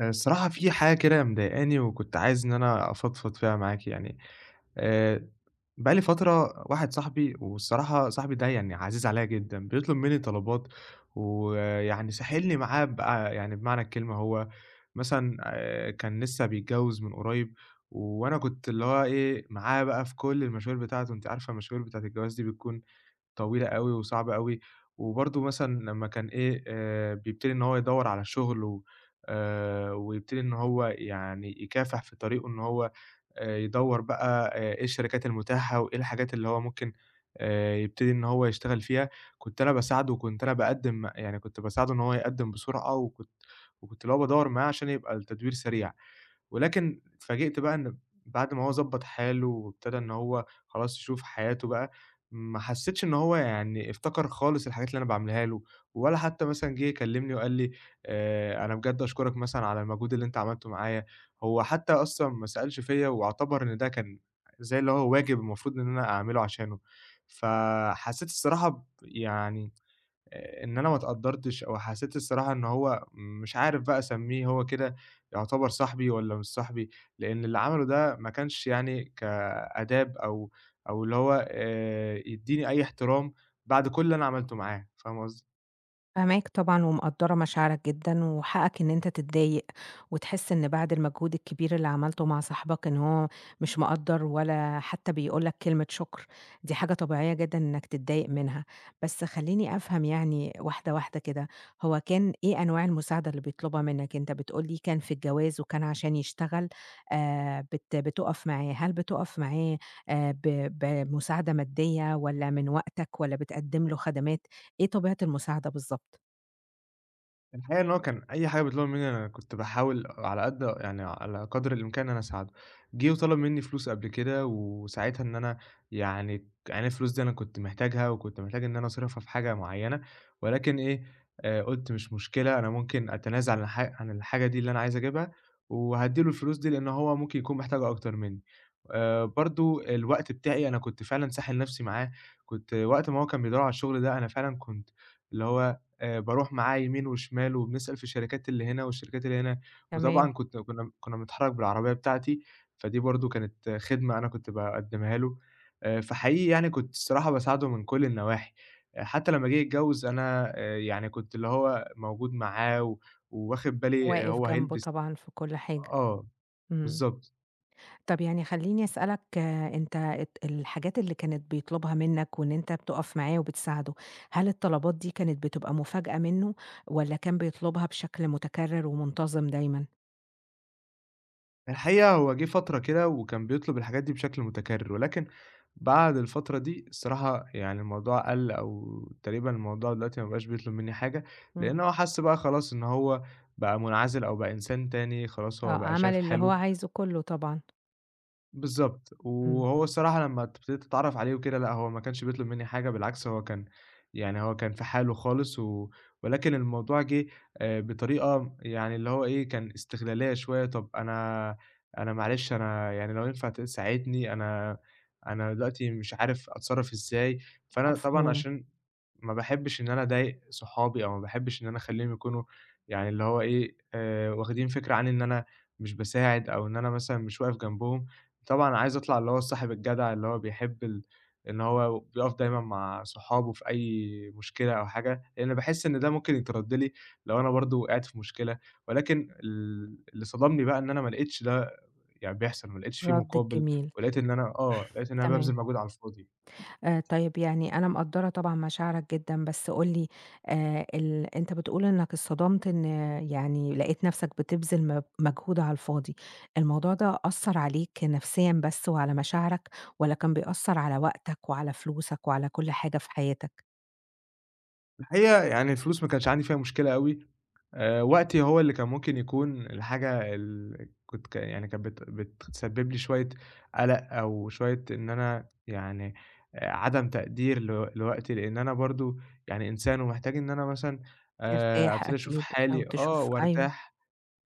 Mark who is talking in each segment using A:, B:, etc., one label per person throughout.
A: الصراحة في حاجة كده مضايقاني، وكنت عايز إن أنا أفضفض فيها معاك يعني. آآ بقى لي فترة واحد صاحبي، والصراحة صاحبي ده يعني عزيز عليّا جدًا، بيطلب منّي طلبات ويعني ساحلني معاه بقى، يعني بمعنى الكلمة هو مثلًا كان لسّه بيتجوّز من قريب. وأنا كنت اللي هو إيه، معاه بقى في كل المشاوير بتاعته. أنتِ عارفة المشاوير بتاعة الجواز دي بتكون طويلة أوي وصعبة أوي. وبرضه مثلًا لمّا كان إيه، بيبتدي إن هو يدوّر على شغل و ويبتدي إن هو يعني يكافح في طريقه، إن هو يدوّر بقى إيه الشركات المتاحة، وإيه الحاجات اللي هو ممكن يبتدي إن هو يشتغل فيها. كنت أنا باساعده، وكنت أنا باقدّم، يعني كنت باساعده إن هو يقدّم بسرعة، وكنت اللي هو بادوّر معاه عشان يبقى التدوير سريع. ولكن اتفاجئت بقى إن بعد ما هو ضبّط حاله وابتدى إن هو خلاص يشوف حياته بقى، ما حسّيتش إن هو يعني افتكر خالص الحاجات اللي أنا باعملها له، ولا حتى مثلًا جِه يكلّمني وقال لي: "أنا بجد أشكرك مثلًا على المجهود اللي أنت عملته معايا". هو حتى أصلًا ما سألش فيّا، واعتبر إن ده كان زي اللي هو واجب المفروض إن أنا أعمله عشانه. فحسّيت الصراحة يعني إن أنا ما اتقدّرتش، أو حسّيت الصراحة إن هو مش عارف بقى أسمّيه، هو كده يعتبر صاحبي والّا مش صاحبي، لإن اللي عمله ده ما كانش يعني كآداب، أو اللي هو يدّيني أي احترام بعد كل اللي أنا عملته معاه. فاهم قصدي؟
B: فاهماك طبعًا ومقدّرة مشاعرك جدًا، وحقك إن أنت تتضايق، وتحس إن بعد المجهود الكبير اللي عملته مع صاحبك إن هو مش مقدّر ولا حتى بيقول لك كلمة شكر، دي حاجة طبيعية جدًا إنك تتضايق منها. بس خلّيني أفهم يعني واحدة واحدة كده، هو كان إيه أنواع المساعدة اللي بيطلبها منك؟ أنت بتقول لي كان في الجواز وكان عشان يشتغل بتُقف معاه، هل بتُقف معاه بمساعدة مادية والّا من وقتك والّا بتقدّم له خدمات؟ إيه طبيعة المساعدة بالضبط.
A: الحقيقة إن هو كان أي حاجة بتطلبها منّي أنا كنت باحاول على قد يعني على قدر الإمكان إن أنا أساعده. جِه وطلب منّي فلوس قبل كده، وساعتها إن أنا يعني الفلوس دي أنا كنت محتاجها، وكنت محتاج إن أنا أصرفها في حاجة معيّنة. ولكن إيه، قُلت مش مشكلة، أنا ممكن أتنازل عن الحاجة دي اللي أنا عايز أجيبها، وهادّي له الفلوس دي، لإن هو ممكن يكون محتاجها أكتر منّي. برضه الوقت بتاعي أنا كنت فعلًا ساحل نَفْسي معاه. كنت وقت ما هو كان بيدوّر على الشغل ده أنا فعلًا كنت اللي هو باروح معاه يمين وشمال، وبنسأل في الشركات اللي هنا والشركات اللي هنا. وطبعًا
B: تمام،
A: كنت كنا كنا بنتحرّك بالعربية بتاعتي، فدي برضه كانت خدمة أنا كنت باقدّمها له. فحقيقي يعني كنت الصراحة باساعده من كل النواحي. آه، حتى لمّا جه يتجوّز أنا يعني كنت اللي هو موجود معاه وواخد بالي. آه،
B: واقف
A: هو
B: جنبه
A: هيلبس.
B: طبعًا في كل حاجة،
A: آه،
B: إمم.
A: بالضبط.
B: طب يعني خلّيني أسألك آه، أنت الحاجات اللي كانت بيطلبها منك وإن أنت بتُقف معاه وبتساعده، هل الطلبات دي كانت بتبقى مفاجأة منه والّا كان بيطلبها بشكل متكرر ومنتظم دايمًا؟
A: الحقيقة هو جه فترة كده وكان بيطلب الحاجات دي بشكل متكرر، ولكن بعد الفترة دي الصراحة يعني الموضوع قَل، أو تقريبًا الموضوع دلوقتي ما بقاش بيطلب منّي حاجة، لإن
B: إمم.
A: هو حَس بقى خلاص إن هو بقى منعزل أو بقى إنسان تاني، خلاص
B: آه،
A: هو بقى
B: عمل
A: شايف
B: اللي هو
A: حاله.
B: عايزه كله طبعًا،
A: بالضبط.
B: إمم.
A: وهو الصراحة لمّا ابتديت أتعرّف عليه وكده، لأ هو ما كانش بيطلب منّي حاجة، بالعكس هو كان في حاله خالص. ولكن الموضوع جِه بطريقة يعني اللي هو إيه، كان استغلالية شوية. طَب أنا معلش، أنا يعني لو ينفع تساعدني، أنا دلوقتي مش عارف أتصرّف إزاي. فأنا طبعًا
B: مفهوم.
A: عشان ما باحبش إن أنا أضايق صحابي، أو ما باحبش إن أنا أخلّيهم يكونوا يعني اللي هو إيه، واخدين فكرة عني إن أنا مش باساعد، أو إن أنا مثلًا مش واقف جنبهم. طبعًا عايز أطلع اللي هو الصاحب الجدع، اللي هو بيحب إن هو بيقف دايمًا مع صحابه في أي مشكلة أو حاجة، لإن باحس إن ده ممكن يترد لي لو أنا برضه وقعت في مشكلة. ولكن اللي صدمني بقى إن أنا ما لقيتش ده يعني بيحصل، ما لقيتش في
B: رَدِّك
A: مقابل،
B: جميل،
A: ولقيت إن أنا آه، لقيت إن أنا بابذل
B: تمام.
A: مجهود على الفاضي.
B: طيب يعني أنا مقدّرة طبعًا مشاعرك جدًا، بس قُل لي أنت بتقول إنك اتصدمت إن يعني لقيت نَفْسك بتبذل مجهود على الفاضي، الموضوع ده أثّر عليك نفسيًا بس وعلى مشاعرك والّا كان بيأثّر على وقتك وعلى فلوسك وعلى كل حاجة في حياتك؟
A: الحقيقة يعني الفلوس ما كانش عندي فيها مشكلة أوي. وقتي هو اللي كان ممكن يكون الحاجة ال كنت ك يعني كانت بتسبب لي شوية قلق، أو شوية إن أنا يعني عدم تقدير لوقتي، لإن أنا برضه يعني إنسان، ومحتاج إن أنا مثلًا
B: ترتاح
A: أبتدي أشوف
B: أكيد أو
A: حالي. آه،
B: تشوف أيوه،
A: وارتاح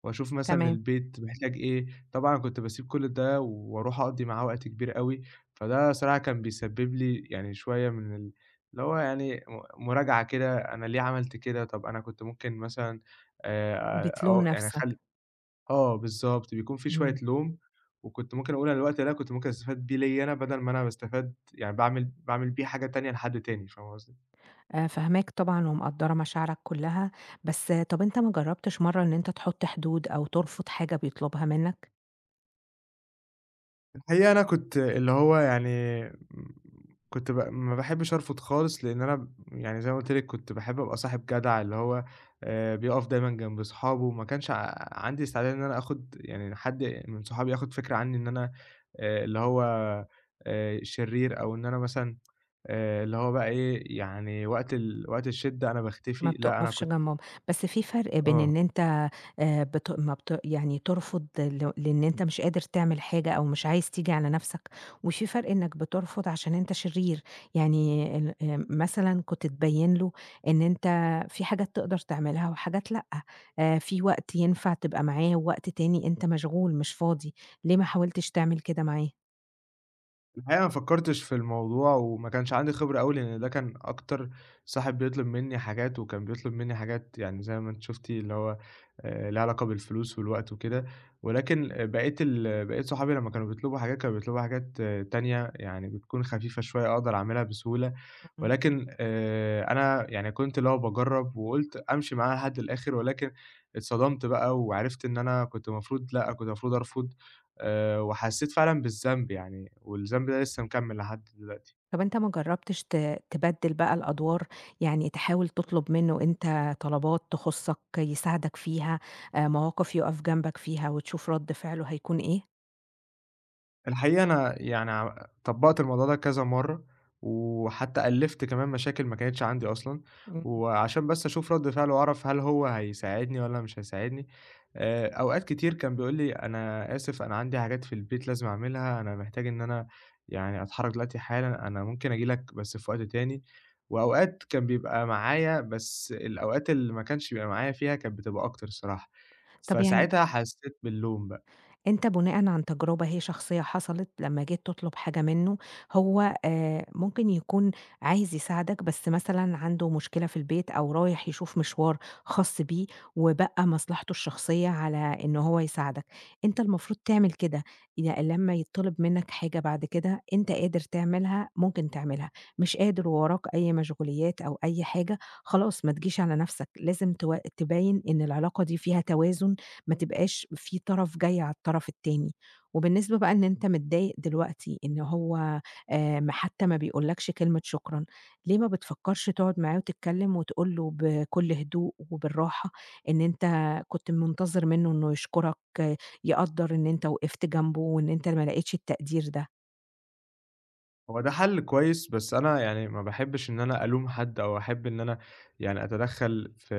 A: وأشوف مثلًا
B: تمام،
A: البيت محتاج إيه، طبعًا كنت باسيب كل ده وأروح أقضي معاه وقت كبير أوي. فده صراحة كان بيسبب لي يعني شوية من اللي هو يعني مراجعة كده، أنا ليه عملت كده؟ طب أنا كنت ممكن مثلًا
B: بتلوم
A: أو يعني
B: نَفْسك،
A: آه، بالضبط، بيكون في شوية
B: إمم،
A: لوم. وكنت ممكن أقول، أنا الوقت ده كنت ممكن أستفاد بيه ليّا أنا بدل ما أنا باستفاد يعني باعمل باعمل بيه حاجة تانية لحد تاني. فاهم قصدي؟
B: فاهماك طبعًا ومقدّرة مشاعرك كُلّها، بس آه، طَب أنت ما جرّبتش مرّة إن أنت تحُط حدود أو ترفض حاجة بيطلبها منّك؟
A: الحقيقة أنا كنت اللي هو يعني كنت ب ما باحبش أرفض خالص، لإن أنا يعني زي ما قُلت لِك كنت باحب أبقى صاحب جدع، اللي هو بيقف دايمًا جنب صحابه. ما كانش عندي استعداد إن أنا آخُد يعني حد من صحابي ياخُد فكرة عني إن أنا اللي هو شرير، أو إن أنا مثلًا اللي هو بقى إيه، يعني وقت الشِدّة أنا
B: ما
A: باختفي. لأ أنا
B: بتقفش
A: كنت
B: جنبهم، بس في فرق بين
A: آه.
B: إن أنت بت ما بت يعني ترفض لإن أنت مش قادر تعمل حاجة أو مش عايز تيجي على نفسك، وفي فرق إنك بترفض عشان أنت شرير، يعني مثلًا كنت تبيّن له إن أنت في حاجات تقدر تعملها وحاجات لأ، في وقت ينفع تبقى معاه ووقت تاني أنت مشغول مش فاضي، ليه ما حاولتش تعمل كده معاه؟
A: الحقيقة ما فكّرتش في الموضوع، وما كانش عندي خبرة أوي، لإن ده كان أكتر صاحب بيطلب منّي حاجات، وكان بيطلب منّي حاجات يعني زي ما أنتِ شُفتِ اللي هو ليها علاقة بالفلوس والوقت وكده. ولكن بقية صحابي لمّا كانوا بيطلبوا حاجات، كانوا بيطلبوا حاجات تانية، يعني بتكون خفيفة شوية أقدر أعملها بسهولة.
B: إمم.
A: ولكن أنا يعني كنت اللي هو باجرّب، وقُلت أمشي معاها لحد الآخر، ولكن اتصدمت بقى، وعرفت إن أنا كنت المفروض لأ، كنت المفروض أرفض. وحسّيت فعلًا بالذنب يعني، والذنب ده لسه مكمّل لحد دلوقتي.
B: طب أنت ما جرّبتش تبدِّل بقى الأدوار، يعني تحاول تطلب منّه أنت طلبات تخُصّك، يساعدك فيها، مواقف يُقف جنبك فيها وتشوف رَد فعله هيكون إيه؟
A: الحقيقة أنا يعني طبّقت الموضوع ده كذا مرّة، وحتّى ألّفت كمان مشاكل ما كانتش عندي أصلًا،
B: إمم.
A: وعشان بس أشوف رَد فعله وأعرف هل هو هيساعدني والّا مش هيساعدني. أوقات كتير كان بيقول لي: "أنا آسف، أنا عندي حاجات في البيت لازم أعملها، أنا محتاج إن أنا يعني أتحرّك دلوقتي حالًا، أنا ممكن آجي لك بس في وقت تاني." وأوقات كان بيبقى معايا، بس الأوقات اللي ما كانش بيبقى معايا فيها كانت بتبقى أكتر الصراحة،
B: طب يعني
A: فساعتها حسّيت باللوم بقى.
B: أنت بناءً عن تجربة هي شخصية حصلت لمّا جيت تطلب حاجة منّه، هو ممكن يكون عايز يساعدك بس مثلًا عنده مشكلة في البيت أو رايح يشوف مشوار خاص بيه، وبقى مصلحته الشخصية على إن هو يساعدك. أنت المفروض تعمل كده، لمّا يتطلب منّك حاجة بعد كده أنت قادر تعملها ممكن تعملها، مش قادر ووراك أي مشغوليات أو أي حاجة، خلاص ما تجيش على نَفْسك، لازم تبيّن إن العلاقة دي فيها توازن ما تبقاش في طرف جاي على الطرف التاني. وبالنسبة بقى إن أنت متضايق دلوقتي إن هو ما حتى ما بيقولكش كلمة شكرًا، ليه ما بتفكّرش تقعد معاه وتتكلم وتقول له بكل هدوء وبالراحة إن أنت كنت منتظر منّه إنه يشكرك، آه، يقدّر إن أنت وقفت جنبه وإن أنت ما لقيتش التقدير ده.
A: هو ده حل كويس، بس أنا يعني ما باحبش إن أنا ألوم حد، أو أحب إن أنا يعني أتدخّل في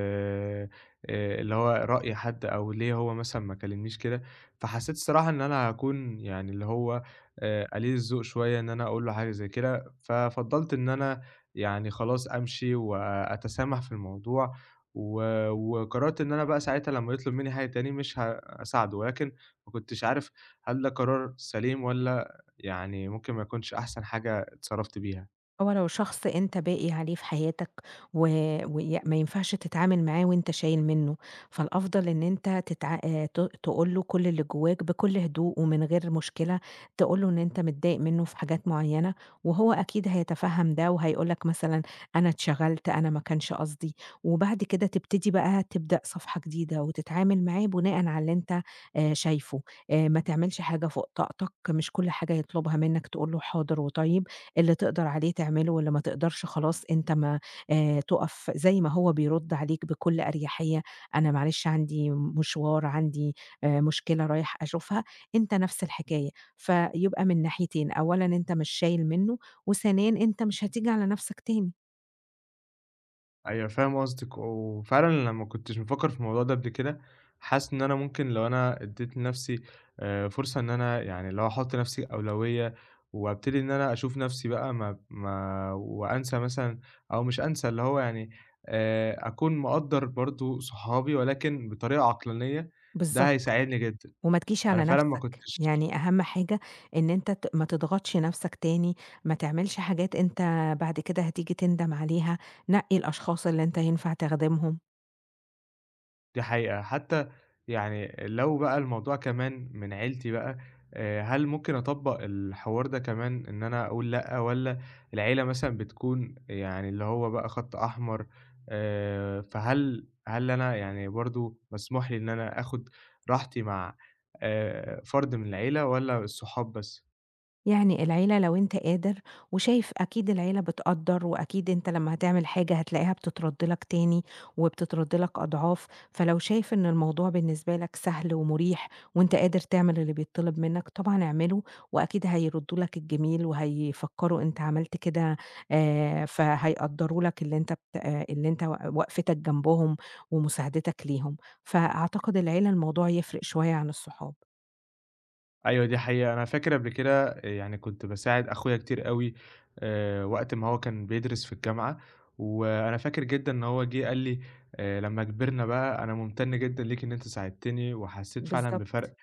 A: اللي هو رأي حد، أو ليه هو مثلًا ما كلمنيش كده. فحسّيت الصراحة إن أنا هاكون يعني اللي هو قليل الذوق شوية إن أنا أقول له حاجة زي كده. ففضّلت إن أنا يعني خلاص أمشي، وأتسامح في الموضوع، و وقررت إن أنا بقى ساعتها لمّا يطلب منّي حاجة تاني مش هاساعده، ولكن ما كنتش عارف هل ده قرار سليم، والّا يعني ممكن ما يكونش أحسن حاجة اتصرّفت بيها.
B: هو لو شخص أنت باقي عليه في حياتك و ما ينفعش تتعامل معاه وأنت شايل منّه، فالأفضل إن أنت تقول له كل اللي جواك بكل هدوء ومن غير مشكلة، تقول له إن أنت متضايق منّه في حاجات معيّنة، وهو أكيد هيتفهّم ده وهيقول لك مثلًا أنا اتشغلت، أنا ما كانش قصدي، وبعد كده تبتدي بقى تبدأ صفحة جديدة وتتعامل معاه بناءً على اللي أنت شايفه، ما تعملش حاجة فوق طاقتك، مش كل حاجة يطلبها منّك تقول له حاضر وطيب. اللي تقدر عليه تعمله واللي ما تقدرش خلاص أنت ما تُقف زي ما هو بيرُد عليك بكل أريحية، أنا معلش عندي مشوار، عندي مشكلة رايح أشوفها، أنت نفس الحكاية. فيبقى من ناحيتين، أولًا أنت مش شايل منّه، وثانيًا أنت مش هتيجي على نفسك تاني.
A: أيوه، فاهم قصدِك، وفعلًا أنا ما كنتش بافكّر في الموضوع ده قبل كده. حاسس إن أنا ممكن لو أنا ادّيت لنَفْسي فرصة إن أنا يعني اللي هو أحُط لنَفْسي أولوية، وابتدي إن أنا أشوف نَفْسي بقى، ما وأنسى مثلًا، أو مش أنسى، اللي هو يعني أكون مقدّر برضه صحابي، ولكن بطريقة عقلانية. ده
B: بالضبط.
A: هيساعدني جدًا.
B: وما تجيش
A: أنا
B: على
A: فعلًا ما
B: نفسك.
A: كنتش.
B: يعني أهم حاجة إن أنت ما تضغطش نفسك تاني، ما تعملش حاجات أنت بعد كده هتيجي تندم عليها، نقّي الأشخاص اللي أنت ينفع تخدمهم.
A: دي حقيقة. حتى يعني لو بقى الموضوع كمان من عيلتي بقى، هل ممكن أطبّق الحوار ده كمان إن أنا أقول لأ، والّا العيلة مثلًا بتكون يعني اللي هو بقى خَط أحمر؟ فهل أنا يعني برضه مسموح لي إن أنا آخُد راحتي مع فرد من العيلة، والّا الصحاب بس؟
B: يعني العيلة لو أنت قادر وشايف أكيد العيلة بتقدّر، وأكيد أنت لمّا هتعمل حاجة هتلاقيها بتترد لك تاني، وبتترد لك أضعاف، فلو شايف إن الموضوع بالنسبة لك سهل ومُريح، وأنت قادر تعمل اللي بيتطلب منك، طبعًا اعمله، وأكيد هيردّوا لك الجميل، وهيفكّروا أنت عملت كده فهيقدّروا لك اللي أنت آه، اللي أنت وقفتك جنبهم ومساعدتك ليهم، فأعتقد العيلة الموضوع يفرق شوية عن الصحاب.
A: أيوه دي حقيقة. أنا فاكر قبل كده يعني كنت باساعد أخويا كتير أوي وقت ما هو كان بيدرس في الجامعة. وأنا فاكر جدًا إن هو جه قال لي: "لمّا كبرنا بقى أنا ممتن جدًا ليك، إن أنت ساعدتني، وحسيت فعلًا
B: بالضبط،
A: بفرق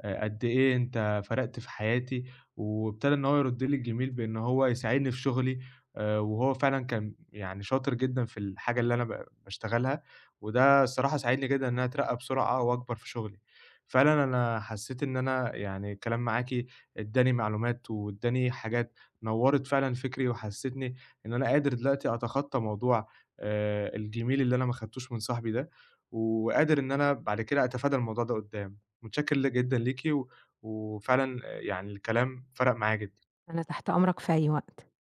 A: قد إيه أنت فرقت في حياتي." وابتدى إن هو يرُد لي الجميل بإن هو يساعدني في شغلي. وهو فعلًا كان يعني شاطر جدًا في الحاجة اللي أنا باشتغلها، وده الصراحة ساعدني جدًا إن أنا أترقّى بسرعة وأكبر في شغلي. فعلًا أنا حسّيت إن أنا يعني الكلام معاكِ ادّاني معلومات، وادّاني حاجات نوّرت فعلًا فكري، وحسّتني إن أنا قادر دلوقتي أتخطّى موضوع الجميل اللي أنا ما خدتوش من صاحبي ده، وقادر إن أنا بعد كده أتفادى الموضوع ده قدّام. متشكر جدًا ليكِ، وفعلًا يعني الكلام فرَق معايا جدًا.
B: أنا تحت أمرك في أي وقت.